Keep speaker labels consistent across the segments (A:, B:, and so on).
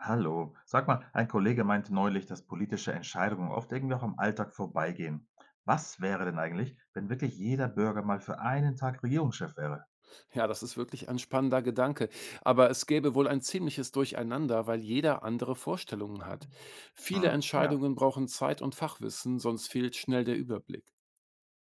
A: Hallo. Sag mal, ein Kollege meinte neulich, dass politische Entscheidungen oft irgendwie auch am Alltag vorbeigehen. Was wäre denn eigentlich, wenn wirklich jeder Bürger mal für einen Tag Regierungschef wäre?
B: Ja, das ist wirklich ein spannender Gedanke. Aber es gäbe wohl ein ziemliches Durcheinander, weil jeder andere Vorstellungen hat. Viele
A: Hm, ja.
B: Entscheidungen brauchen Zeit und Fachwissen, sonst fehlt schnell der Überblick.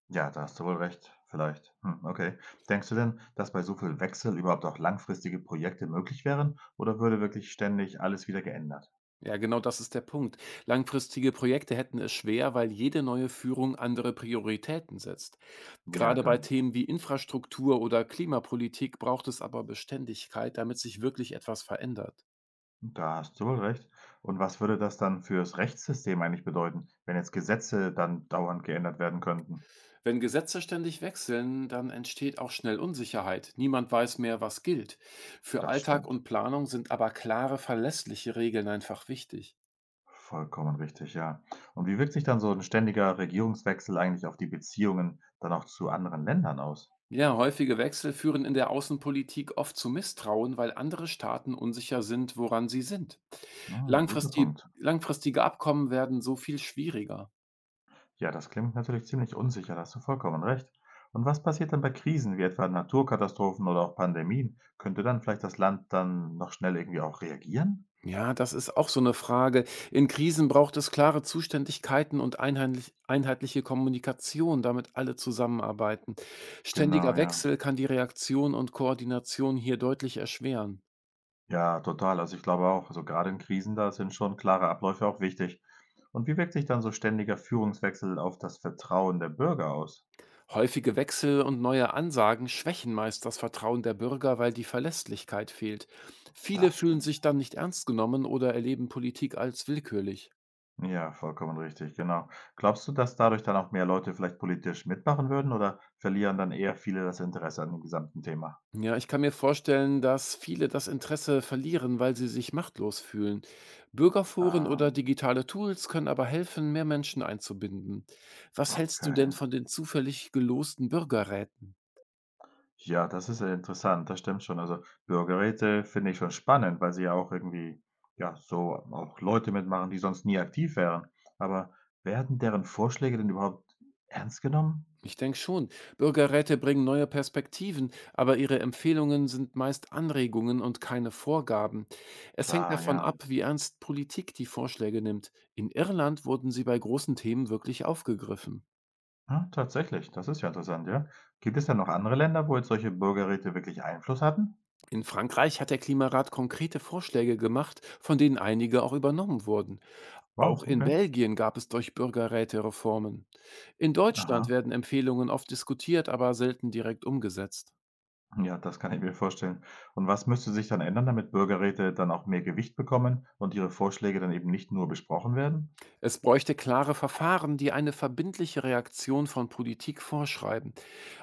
A: Ja, da hast du wohl recht. Vielleicht. Hm, okay. Denkst du denn, dass bei so viel Wechsel überhaupt auch langfristige Projekte möglich wären? Oder würde wirklich ständig alles wieder geändert?
B: Ja, genau das ist der Punkt. Langfristige Projekte hätten es schwer, weil jede neue Führung andere Prioritäten setzt.
A: Ja,
B: Gerade bei
A: klar.
B: Themen wie Infrastruktur oder Klimapolitik braucht es aber Beständigkeit, damit sich wirklich etwas verändert.
A: Da hast du wohl recht. Und was würde das dann fürs Rechtssystem eigentlich bedeuten, wenn jetzt Gesetze dann dauernd geändert werden könnten?
B: Wenn Gesetze ständig wechseln, dann entsteht auch schnell Unsicherheit. Niemand weiß mehr, was gilt. Für
A: Das
B: Alltag
A: stimmt.
B: und Planung sind aber klare, verlässliche Regeln einfach wichtig.
A: Vollkommen richtig, ja. Und wie wirkt sich dann so ein ständiger Regierungswechsel eigentlich auf die Beziehungen dann auch zu anderen Ländern aus?
B: Ja, häufige Wechsel führen in der Außenpolitik oft zu Misstrauen, weil andere Staaten unsicher sind, woran sie sind.
A: Hm, guter
B: Langfristige,
A: Punkt.
B: langfristige Abkommen werden so viel schwieriger.
A: Ja, das klingt natürlich ziemlich unsicher, da hast du vollkommen recht. Und was passiert dann bei Krisen wie etwa Naturkatastrophen oder auch Pandemien? Könnte dann vielleicht das Land dann noch schnell irgendwie auch reagieren?
B: Ja, das ist auch so eine Frage. In Krisen braucht es klare Zuständigkeiten und einheinlich einheitliche Kommunikation, damit alle zusammenarbeiten.
A: Genau,
B: Ständiger
A: ja.
B: Wechsel kann die Reaktion und Koordination hier deutlich erschweren.
A: Ja, total. Also, ich glaube auch, also, gerade in Krisen, da sind schon klare Abläufe auch wichtig. Und wie wirkt sich dann so ständiger Führungswechsel auf das Vertrauen der Bürger aus?
B: Häufige Wechsel und neue Ansagen schwächen meist das Vertrauen der Bürger, weil die Verlässlichkeit fehlt. Viele
A: Das
B: fühlen
A: stimmt.
B: sich dann nicht ernst genommen oder erleben Politik als willkürlich.
A: Ja, vollkommen richtig, genau. Glaubst du, dass dadurch dann auch mehr Leute vielleicht politisch mitmachen würden oder verlieren dann eher viele das Interesse an dem gesamten Thema?
B: Ja, ich kann mir vorstellen, dass viele das Interesse verlieren, weil sie sich machtlos fühlen. Bürgerforen
A: Ah,
B: oder digitale Tools können aber helfen, mehr Menschen einzubinden. Was hältst du denn
A: okay.
B: von den zufällig gelosten Bürgerräten?
A: Ja, das ist ja interessant, das stimmt schon. Also Bürgerräte finde ich schon spannend, weil sie ja auch irgendwie, ja, so auch Leute mitmachen, die sonst nie aktiv wären. Aber werden deren Vorschläge denn überhaupt ernst genommen?
B: Ich denke schon, Bürgerräte bringen neue Perspektiven, aber ihre Empfehlungen sind meist Anregungen und keine Vorgaben. Es hängt
A: Klar,
B: davon
A: ja.
B: ab, wie ernst Politik die Vorschläge nimmt. In Irland wurden sie bei großen Themen wirklich aufgegriffen.
A: Ah, tatsächlich, das ist ja interessant, ja. Gibt es denn noch andere Länder, wo jetzt solche Bürgerräte wirklich Einfluss hatten?
B: In Frankreich hat der Klimarat konkrete Vorschläge gemacht, von denen einige auch übernommen wurden.
A: Wow,
B: Auch in
A: okay.
B: Belgien gab es durch Bürgerräte Reformen. In Deutschland
A: Aha.
B: werden Empfehlungen oft diskutiert, aber selten direkt umgesetzt.
A: Ja, das kann ich mir vorstellen. Und was müsste sich dann ändern, damit Bürgerräte dann auch mehr Gewicht bekommen und ihre Vorschläge dann eben nicht nur besprochen werden?
B: Es bräuchte klare Verfahren, die eine verbindliche Reaktion von Politik vorschreiben.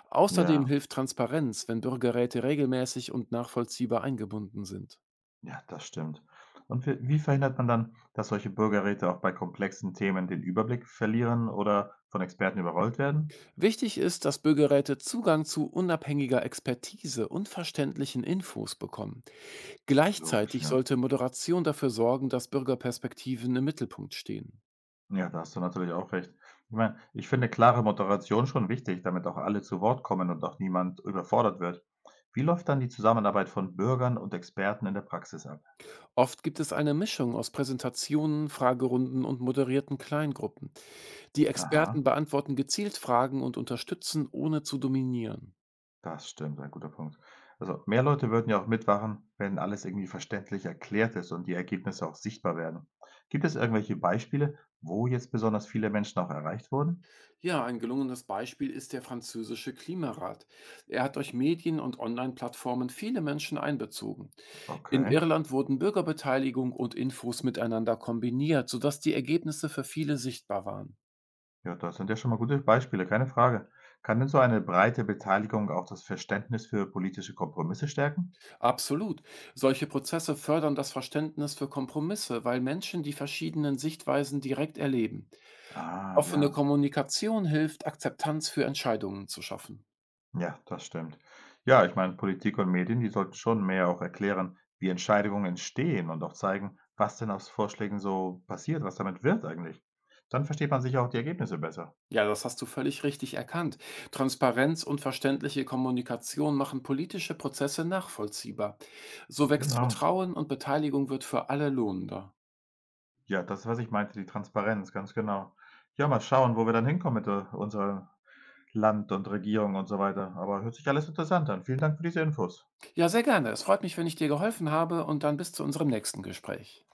B: Außerdem
A: Ja,
B: hilft Transparenz, wenn Bürgerräte regelmäßig und nachvollziehbar eingebunden sind.
A: ja, das stimmt. Und wie verhindert man dann, dass solche Bürgerräte auch bei komplexen Themen den Überblick verlieren oder von Experten überrollt werden?
B: Wichtig ist, dass Bürgerräte Zugang zu unabhängiger Expertise und verständlichen Infos bekommen.
A: Logisch,
B: Gleichzeitig
A: ja.
B: sollte Moderation dafür sorgen, dass Bürgerperspektiven im Mittelpunkt stehen.
A: Ja, da hast du natürlich auch recht. Ich meine, ich finde klare Moderation schon wichtig, damit auch alle zu Wort kommen und auch niemand überfordert wird. Wie läuft dann die Zusammenarbeit von Bürgern und Experten in der Praxis ab?
B: Oft gibt es eine Mischung aus Präsentationen, Fragerunden und moderierten Kleingruppen. Die
A: Aha.
B: Experten beantworten gezielt Fragen und unterstützen, ohne zu dominieren.
A: Das stimmt, ein guter Punkt. Also, mehr Leute würden ja auch mitmachen, wenn alles irgendwie verständlich erklärt ist und die Ergebnisse auch sichtbar werden. Gibt es irgendwelche Beispiele, wo jetzt besonders viele Menschen auch erreicht wurden?
B: Ja, ein gelungenes Beispiel ist der französische Klimarat. Er hat durch Medien und Online-Plattformen viele Menschen einbezogen. In
A: Okay,
B: Irland wurden Bürgerbeteiligung und Infos miteinander kombiniert, sodass die Ergebnisse für viele sichtbar waren.
A: ja, das sind ja schon mal gute Beispiele, keine Frage. Kann denn so eine breite Beteiligung auch das Verständnis für politische Kompromisse stärken?
B: Absolut. Solche Prozesse fördern das Verständnis für Kompromisse, weil Menschen die verschiedenen Sichtweisen direkt erleben.
A: Ah,
B: Offene
A: ja.
B: Kommunikation hilft, Akzeptanz für Entscheidungen zu schaffen.
A: Ja, das stimmt. Ja, ich meine, Politik und Medien, die sollten schon mehr auch erklären, wie Entscheidungen entstehen und auch zeigen, was denn aus Vorschlägen so passiert, was damit wird eigentlich. Dann versteht man sicher auch die Ergebnisse besser.
B: Ja, das hast du völlig richtig erkannt. Transparenz und verständliche Kommunikation machen politische Prozesse nachvollziehbar. So wächst
A: Genau.
B: Vertrauen und Beteiligung wird für alle lohnender.
A: Ja, das ist, was ich meinte, die Transparenz, ganz genau. Ja, mal schauen, wo wir dann hinkommen mit unserem Land und Regierung und so weiter. Aber hört sich alles interessant an. Vielen Dank für diese Infos.
B: Ja, sehr gerne. Es freut mich, wenn ich dir geholfen habe, und dann bis zu unserem nächsten Gespräch.